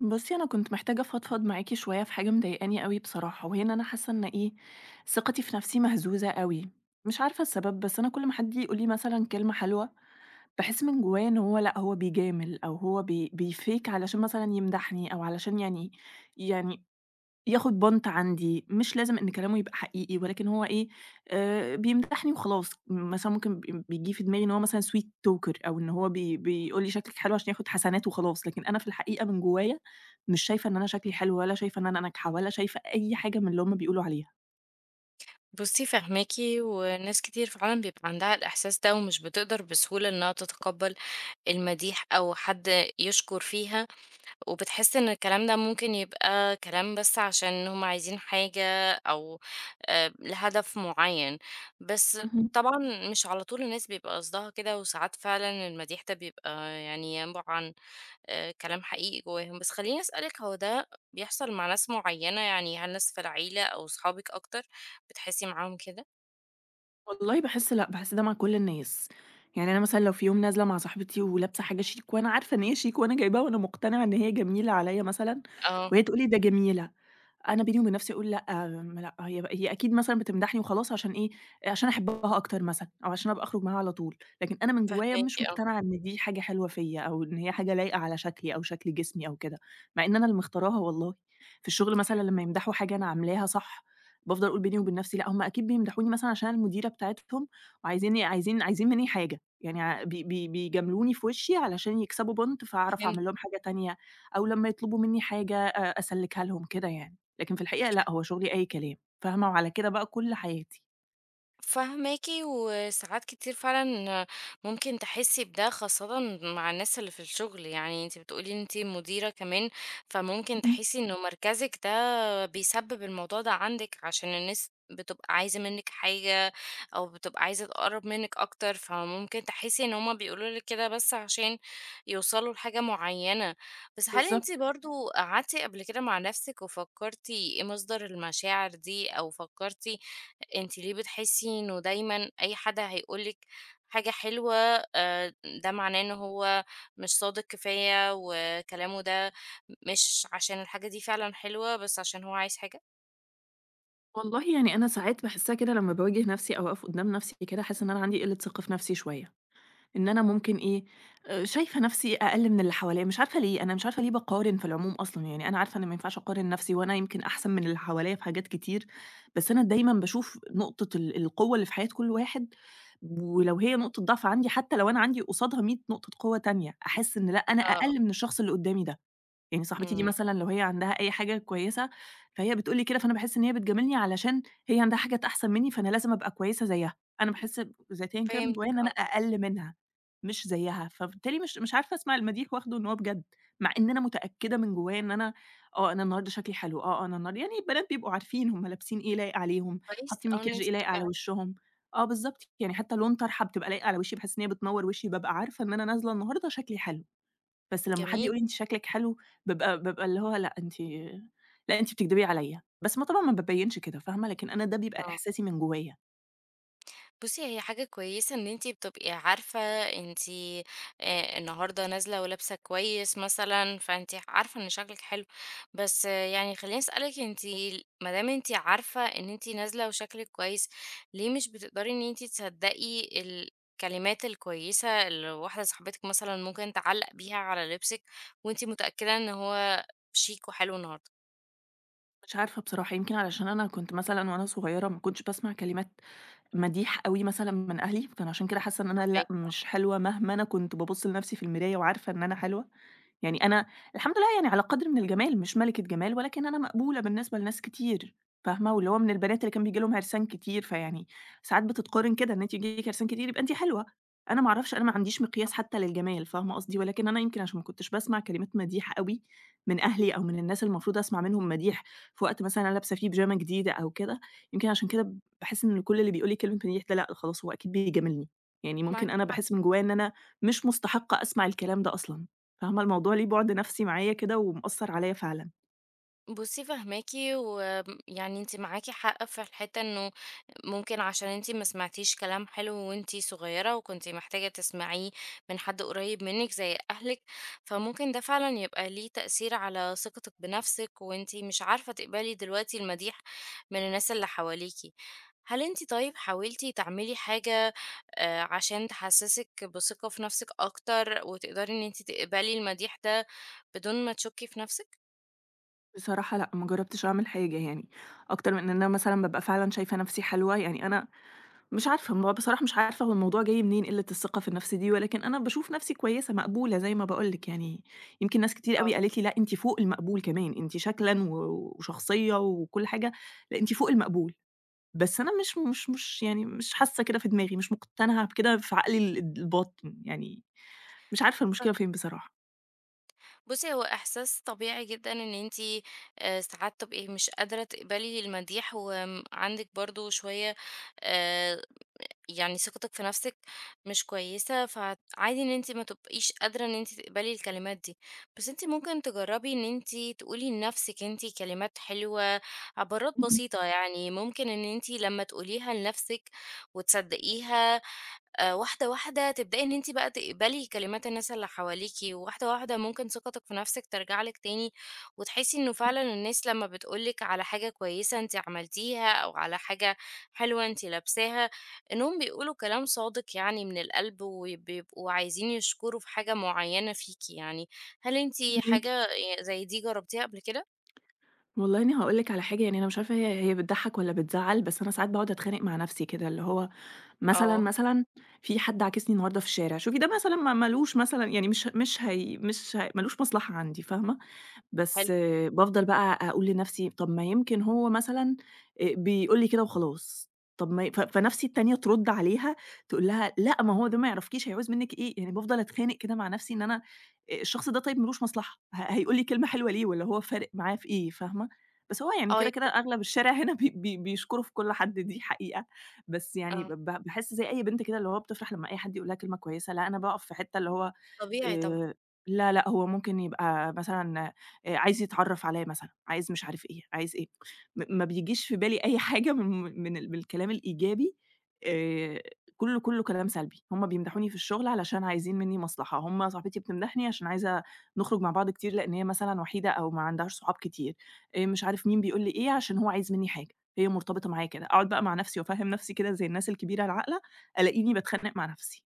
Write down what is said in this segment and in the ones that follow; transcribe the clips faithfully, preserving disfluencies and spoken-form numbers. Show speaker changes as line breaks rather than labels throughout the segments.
بُصّي، أنا كنت محتاجة أفضفض معاكِ شوية في حاجة مضايقاني أوي بصراحة، وهي إن أنا حاسة إن إيه، ثقتي في نفسي مهزوزة أوي، مش عارفة السبب، بس أنا كل ما حد يقول لي مثلًا كلمة حلوة، باحس من جوايا إن هو لأ، هو بيجامل أو هو بي بيfake علشان مثلًا يمدحني أو علشان يعني يعني ياخد بونت عندي، مش لازم إن كلامه يبقى حقيقي، ولكن هو إيه، آآ بيمدحني وخلاص، مثلًا ممكن ب بييجي في دماغي إن هو مثلًا sweet talker أو إن هو بي بيقول لي شكلِك حلو عشان ياخد حسنات وخلاص، لكن أنا في الحقيقة من جوايا مش شايفة إن أنا شكلي حلو ولا شايفة إن أنا ناجحة ولا شايفة أي حاجة من اللي هم بيقولوا عليها.
بُصّي فاهماكِ، وناس كتير فعلًا بيبقى عندها الإحساس ده ومش بتقدر بسهولة إنها تتقبّل المديح أو حد يشكر فيها، وبتحس إن الكلام ده ممكن يبقى كلام بس عشان هُم عايزين حاجة أو آآ لهدف معيّن، بس
اهم.
طبعًا مش على طول الناس بيبقى قصدها كده، وساعات فعلًا المديح ده بيبقى يعني ينبع عن آآ كلام حقيقي جواهم. بس خلّيني أسألِك هو ده بيحصل مع ناس معيّنة، يعني هل ناس في العيلة أو صحابِك أكتر بتحسي معاهم كده؟
والله باحس لأ، باحس ده مع كل الناس، يعني أنا مثلًا لو في يوم نازلة مع صاحبتي ولابسة حاجة شيك وأنا عارفة إن هي شيك وأنا جايباها وأنا مقتنعة إن هي جميلة عليَّ مثلًا،
آه،
وهي تقول لي ده جميلة، أنا بيني وبين نفسي أقول لأ، م لأ، هي ب هي أكيد مثلًا بتمدحني وخلاص عشان إيه، عشان أحبها أكتر مثلًا أو عشان أبقى أخرج معاها على طول، لكن أنا من جوايا
فاهماكِ
مش
آه،
مقتنعة إن دي حاجة حلوة فيّا أو إن هي حاجة لايقة على شكلي أو شكل جسمي أو كده، مع إن أنا اللي مختاراها والله. في الشغل مثلًا لمّا يمدحوا حاجة أنا عاملاها صح، بافضل أقول بيني وبين نفسي لأ، هم أكيد بيمدحوني مثلًا عشان أنا المديرة بتاعتهم وعايزيني عايزين عايزين منّي حاجة، يعني ع بي بي بيجاملوني في وشي علشان يكسبوا بونت فأعرف
فهمت.
أعمل لهم حاجة تانية أو لمّا يطلبوا منّي حاجة أ أسلِّكها لهم كده يعني. لكن في الحقيقة لأ، هو شغلي أي كلام، فاهمة؟ وعلى كده بقى كل حياتي.
فاهماكِ وساعات كتير فعلًا ممكن تحسّي بده خاصةً مع الناس اللي في الشغل، يعني أنتِ بتقولي أنتِ مديرة كمان، فممكن
اهم،
تحسّي إنه مركزِك ده بيسبب الموضوع ده عندِك عشان الناس بتبقى عايزة منِّك حاجة أو بتبقى عايزة تقرّب منِّك أكتر، فممكن تحسي إن هُم بيقولوا لِك كده بس عشان يوصلوا لحاجة معيّنة. بس هل أنتِ
بالضبط.
برضه قعدتِ قبل كده مع نفسِك وفكّرتِ إيه مصدر المشاعر دي، أو فكّرتِ أنتِ ليه بتحسي إنه دايمًا أي حد هيقول لِك حاجة حلوة آآ ده معناه إن هو مش صادق كفاية وكلامه ده مش عشان الحاجة دي فعلًا حلوة، بس عشان هو عايز حاجة؟
والله يعني أنا ساعات باحسّها كده لمّا باواجه نفسي أو أقف قدّام نفسي كده، حاسّة إن أنا عندي قِلّة ثقة في نفسي شوية، إن أنا ممكن إيه، آآ شايفة نفسي أقل من اللي حواليّا، مش عارفة ليه، أنا مش عارفة ليه باقارن في العموم أصلًا، يعني أنا عارفة إن ما ينفعش أقارن نفسي وأنا يمكن أحسن من اللي حواليّا في حاجات كتير، بس أنا دايمًا باشوف نقطة ال القوة اللي في حياة كل واحد، ولو هي نقطة ضعف عندي، حتى لو أنا عندي قصادها مية نقطة قوة تانية، أحس إن لأ، أنا
آه،
أقل من الشخص اللي قدّامي ده. يعني صاحبتي دي
إمم،
مثلًا لو هي عندها أي حاجة كويسة، فهي بتقول لي كده، فأنا باحس إن هي بتجاملني علشان هي عندها حاجات أحسن منّي، فأنا لازم أبقى كويسة زيّها. أنا باحس ب ذاتيًا كده من
فهمتِك
جوايا إن أنا
آه،
أقل منها، مش زيّها، فبالتالي مش مش عارفة أسمع المديح واخده إن هو بجد، مع إن أنا متأكدة من جوايا إن أنا آه، أنا النهارده شكلي حلو، آه، أنا النهارده يعني البنات بيبقوا عارفين هُم لابسين إيه لايق عليهم،
كويس
حاطين
آه. إن
مكياج
أنتِ
إيه لايق
بتبقي
على
عار
وشّهم. آه بالضبط، يعني حتى لون طرحة بتبقى لايقة على وشّي، باحس إن هي بتنوّر وشّي، بابقى عارفة إن أنا نازلة النهارده شكلي حلو. بس لمّا حد
جميل،
يقول لي أنتِ شكلِك حلو، بابقى بابقى اللي هو لأ أنتِ لأ أنتِ بتكدبي عليَّ، بس ما طبعًا ما بابيّنش كده فاهمة، لكن أنا ده بيبقى
آه.
إحساسي من جوايا.
بُصّي، هي حاجة كويسة إن أنتِ بتبقي عارفة أنتِ آآ النهارده نازلة ولابسة كويس مثلًا، فأنتِ عارفة إن شكلِك حلو، بس آه، يعني خلّيني أسألِك أنتِ ال ما دام أنتِ عارفة إن أنتِ نازلة وشكلِك كويس، ليه مش بتقدري إن أنتِ تصدّقي الكلمات الكويسة اللي واحدة صاحبتِك مثلًا ممكن تعلّق بيها على لبسِك وأنتِ متأكدة إن هو شيك وحلو النهارده،
مش عارفة بصراحة يمكن علشان أنا كنت مثلًا وأنا صغيرة ما كنتش باسمع كلمات مديح أوي مثلًا من أهلي، فأنا عشان كده حاسة إن أنا لأ
فاهماكِ،
مش حلوة مهما أنا كنت بابُص لنفسي في المراية وعارفة إن أنا حلوة. يعني أنا الحمد لله يعني على قدر من الجمال، مش ملكة جمال، ولكن أنا مقبولة بالنسبة لناس كتير، فاهمة؟ واللي هو من البنات اللي كان بييجي لهم عرسان كتير، فيعني ساعات بتتقارن كده إن أنتِ ييجي لِك عرسان كتير يبقى أنتِ حلوة، أنا ما أعرفش، أنا ما عنديش مقياس حتى للجمال، فاهمة قصدي؟ ولكن أنا يمكن عشان ما كنتش باسمع كلمات مديح أوي من أهلي أو من الناس اللي المفروض أسمع منهم مديح في وقت مثلًا أنا لابسة فيه بيجامة جديدة أو كده، يمكن عشان كده باحس إن كل اللي بيقول لي كلمة مديح ده لأ، خلاص هو أكيد بيجاملني، يعني
معاكِ
ممكن أنا
حق.
باحس من جوايا إن أنا مش مستحقة أسمع الكلام ده أصلًا. فاهمة، الموضوع ليه بُعد نفسي معايا كده ومأثّر عليَّ فعلًا.
بُصّي فاهماكِ ويعني أنتِ معاكِ حق في الحتة إنه ممكن عشان أنتِ ما سمعتيش كلام حلو وأنتِ صغيرة، وكنتِ محتاجة تسمعيه من حد قريب منِك زي أهلِك، فممكن ده فعلًا يبقى ليه تأثير على ثقتِك بنفسِك، وأنتِ مش عارفة تقبلي دلوقتي المديح من الناس اللي حواليكِ. هل أنتِ طيب حاولتِ تعملي حاجة آآ عشان تحسّسِك بثقة في نَفْسِك أكتر وتقدري إن أنتِ تقبلي المديح ده بدون ما تشُكّي في نَفْسِك؟
بصراحة لأ، ما جرّبتش أعمل حاجة يعني، أكتر من إن أنا مثلًا بابقى فعلًا شايفة نفسي حلوة، يعني أنا مش عارفة م بصراحة مش عارفة هو الموضوع جاي منين قِلّة الثقة في النفس دي، ولكن أنا باشوف نفسي كويسة مقبولة زي ما باقول لِك يعني، يمكن ناس كتير
آه،
أوي قالت لي: "لأ، أنتِ فوق المقبول كمان، أنتِ شكلًا و وشخصية وكل حاجة، لأ أنتِ فوق المقبول." بس أنا مش مش مش يعني مش حاسة كده في دماغي، مش مقتنعة بكده في عقلي ال الباطن يعني، مش عارفة
فاه
المشكلة فين بصراحة.
بُصّي، هو إحساس طبيعي جدًا إن أنتِ آآ ساعات تبقي مش قادرة تقبلي المديح، وآمم عندِك برضه شوية آآ يعني ثقتِك في نفسِك مش كويسة، فعادي إن أنتِ ما تبقيش قادرة إن أنتِ تقبلي الكلمات دي. بس أنتِ ممكن تجربي إن أنتِ تقولي لنفسِك أنتِ كلمات حلوة، عبارات بسيطة يعني ممكن إن أنتِ لمّا تقوليها لنفسِك وتصدقيها آآ واحدة، واحدة تبدئي إن أنتِ بقى تقبلي كلمات الناس اللي حواليكِ، وواحدة، واحدة ممكن ثقتِك في نفسِك ترجع لِك تاني، وتحسي إنه فعلًا الناس لمّا بتقول لِك على حاجة كويسة أنتِ عملتيها، أو على حاجة حلوة أنتِ لابساها، إنهم بيقولوا كلام صادق يعني من القلب، وبيبقوا عايزين يشكروا في حاجة معينة فيكِ يعني. هل أنتِ
فاهماكِ.
حاجة ي زي دي جربتيها قبل كده؟
والله أنا هاقول لِك على حاجة يعني أنا مش عارفة هي هي بتضحّك والّا بتزعّل، بس أنا ساعات باقعد أتخانق مع نفسي كده، اللي هو مثلًا،
آه،
مثلًا في حد عاكسني النهارده في الشارع، شوفي ده مثلًا ما ما لوش مثلًا يعني مش مش هي مش ه ما لوش مصلحة عندي، فاهمة؟ بس
حلو.
بافضل بقى أقول لنفسي طب ما يمكن هو مثلًا آآ بيقول لي كده وخلاص، طب ما ي ف فنفسي التانية ترد عليها تقول لها لأ ما هو ده ما يعرفكيش هيعوز منِّك إيه، يعني بافضل أتخانق كده مع نفسي إن أنا آآ الشخص ده طيب ما لوش مصلحة، ه هيقول لي كلمة حلوة ليه والّا هو فارق معاه في إيه، فاهمة؟ بس هو يعني
آه، يا
كده، كده
ريت.
أغلب الشارع هنا بي بي بيشكروا في كل حد دي حقيقة، بس يعني ب
آه،
ب باحس زي أي بنت كده اللي هو بتفرح لمّا أي حد يقول لها كلمة كويسة، لأ أنا باقف في حتة اللي هو
طبيعي طبعًا.
آآ لا، لأ، هو ممكن يبقى مثلًا آآ عايز يتعرّف عليَّ مثلًا، عايز مش عارف إيه، عايز إيه، م ما بيجيش في بالي أي حاجة من من ال من الكلام الإيجابي آآ كُلّه، كُلّه كلام سلبي، هُم بيمدحوني في الشغل علشان عايزين منّي مصلحة، هُم صاحبتي بتمدحني عشان عايزة نخرج مع بعض كتير لإن هي مثلًا وحيدة أو ما عندهاش صحاب كتير، آآ مش عارف مين بيقول لي إيه عشان هو عايز منّي حاجة، هي مرتبطة معايا كده، أقعد بقى مع نفسي وأفهّم نفسي كده زي الناس الكبيرة العاقلة، ألاقيني باتخانق مع نفسي.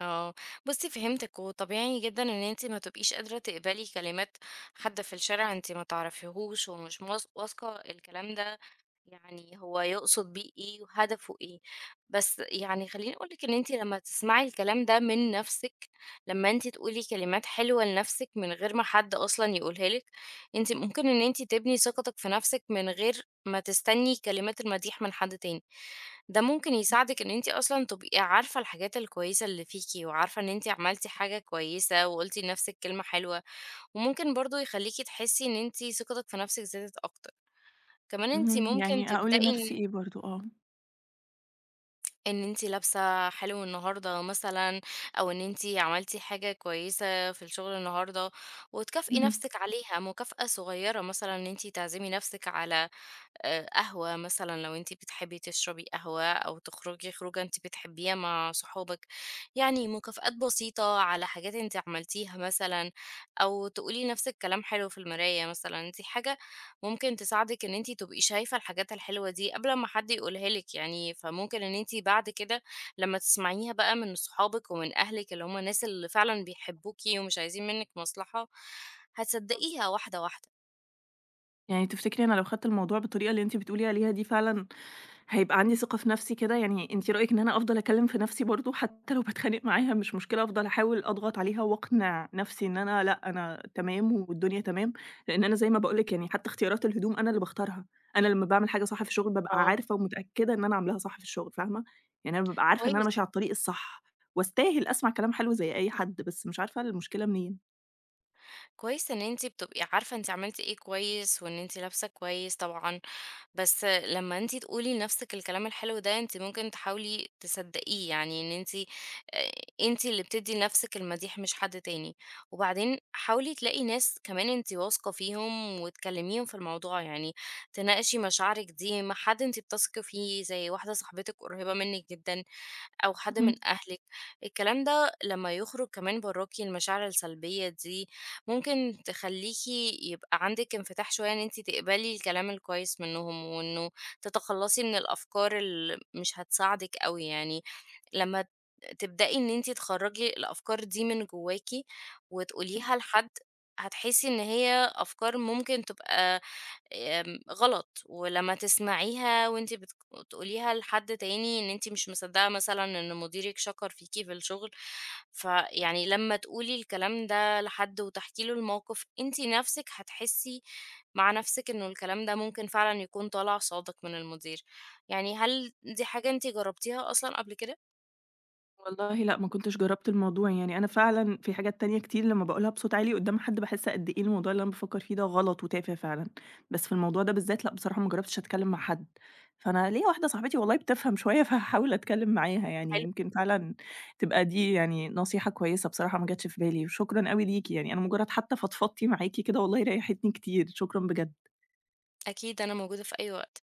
اه، بصي فهمتك وطبيعي جدا ان انتي ما تبقيش قادرة تقبلي كلمات حد في الشارع انتي ما تعرفيهوش ومش موس- واثقة الكلام ده يعني هو يقصد بيه ايه وهدفه ايه. بس يعني خليني اقولك ان انتي لما تسمعي الكلام ده من نفسك، لما انتي تقولي كلمات حلوة لنفسك من غير ما حد اصلا يقولها لك، انتي ممكن ان انتي تبني ثقتك في نفسك من غير ما تستني كلمات المديح من حد تاني. ده ممكن يساعدِك إن أنتِ أصلًا تبقي عارفة الحاجات الكويسة اللي فيكِ، وعارفة إن أنتِ عملتِ حاجة كويسة، وقُلتِ لنفسِك كلمة حلوة، وممكن برضه يخلّيكِ تحسّي إن أنتِ ثقتِك في نفسِك زادت أكتر. كمان أنتِ
اهم،
ممكن
يعني أقول
تبدئي
لنفسي
إن
إيه برضه، آه.
إن أنتِ لابسة حلو النهارده مثلًا، أو إن أنتِ عملتِ حاجة كويسة في الشغل النهارده، وتكافئي
اهم.
نفسِك عليها مكافأة صغيرة، مثلًا إن أنتِ تعزمي نفسِك على آآ قهوة مثلًا لو أنتِ بتحبي تشربي قهوة، أو تخرجي خروجة أنتِ بتحبيها مع صحابك، يعني مكافآت بسيطة على حاجات أنتِ عملتيها مثلًا، أو تقولي لنفسِك كلام حلو في المراية مثلًا، دي حاجة ممكن تساعدِك إن أنتِ تبقي شايفة الحاجات الحلوة دي قبل ما حد يقولها لِك يعني، فممكن إن أنتِ بعد كده لمّا تسمعيها بقى من صحابِك ومن أهلِك اللي هم الناس اللي فعلًا بيحبوكِ ومش عايزين منِّك مصلحة، هتصدقيها واحدة، واحدة.
يعني تفتكري أنا لو خدت الموضوع بالطريقة اللي أنتِ بتقولي عليها دي فعلًا هيبقى عندي ثقة في نفسي كده؟ يعني أنتِ رأيِك إن أنا أفضل أكلم في نفسي برضه حتى لو باتخانق معاها مش مشكلة أفضل أحاول أضغط عليها وأقنع نفسي إن أنا لأ، أنا تمام والدنيا تمام، لإن أنا زي ما باقول لِك يعني حتى اختيارات الهدوم أنا اللي باختارها، أنا لمّا باعمل حاجة صح في الشغل بابقى
آه.
عارفة ومتأكدة إن أنا عاملاها صح في الشغل فاهمة؟ يعني أنا بابقى عارفة إن أنا
كويس.
ماشية على الطريق الصح، واستاهل أسمع كلام حلو زي أي حد، بس مش عارفة المشكلة منين.
كويس إن أنتِ بتبقي عارفة أنتِ عملتِ إيه كويس، وإن أنتِ لابسة كويس طبعًا، بس لمّا أنتِ تقولي لنفسِك الكلام الحلو ده أنتِ ممكن تحاولي تصدقيه، يعني إن أنتِ آآ أنتِ اللي بتدّي لنفسِك المديح مش حد تاني، وبعدين حاولي تلاقي ناس كمان أنتِ واثقة فيهم وتكلميهم في الموضوع، يعني تناقشي مشاعرِك دي مع حد أنتِ بتثقي فيه زي واحدة صاحبتِك قريبة منِك جدًا، أو حد من
اهم.
أهلِك، الكلام ده لمّا يخرج كمان براكِ المشاعر السلبية دي، ممكن تخلّيكِ يبقى عندِك انفتاح شوية إن أنتِ تقبلي الكلام الكويس منهم، وإنه تتخلّصي من الأفكار اللي مش هتساعدِك أوي يعني، لمّا تبدئي إن أنتِ تخرّجي الأفكار دي من جواكِ وتقوليها لحد، هتحسي إن هي أفكار ممكن تبقى آمم غلط، ولمّا تسمعيها وأنتِ بتك تقوليها لحد تاني إن أنتِ مش مصدقة مثلًا إن مديرِك شكر فيكِ في الشغل، فيعني لمّا تقولي الكلام ده لحد وتحكي له الموقف، أنتِ نفسِك هتحسي مع نفسِك إنه الكلام ده ممكن فعلًا يكون طالع صادق من المدير. يعني هل دي حاجة أنتِ جربتيها أصلًا قبل كده؟
والله لأ، ما كنتش جرّبت الموضوع، يعني أنا فعلًا في حاجات تانية كتير لمّا باقولها بصوت عالي قدّام حد باحس قد إيه الموضوع اللي أنا بافكّر فيه ده غلط وتافه فعلًا، بس في الموضوع ده بالذات لأ، بصراحة ما جرّبتش أتكلّم مع حد، فأنا ليّا واحدة صاحبتي والله بتفهم شوية فهاحاول أتكلّم معاها يعني،
حلو،
يمكن فعلًا تبقى دي يعني نصيحة كويسة بصراحة ما جاتش في بالي، وشكرًا أوي ليكِ يعني، أنا مجرّد حتى فضفضتي معاكِ كده والله ريّحتني كتير، شكرًا بجد.
أكيد أنا موجودة في أي وقت.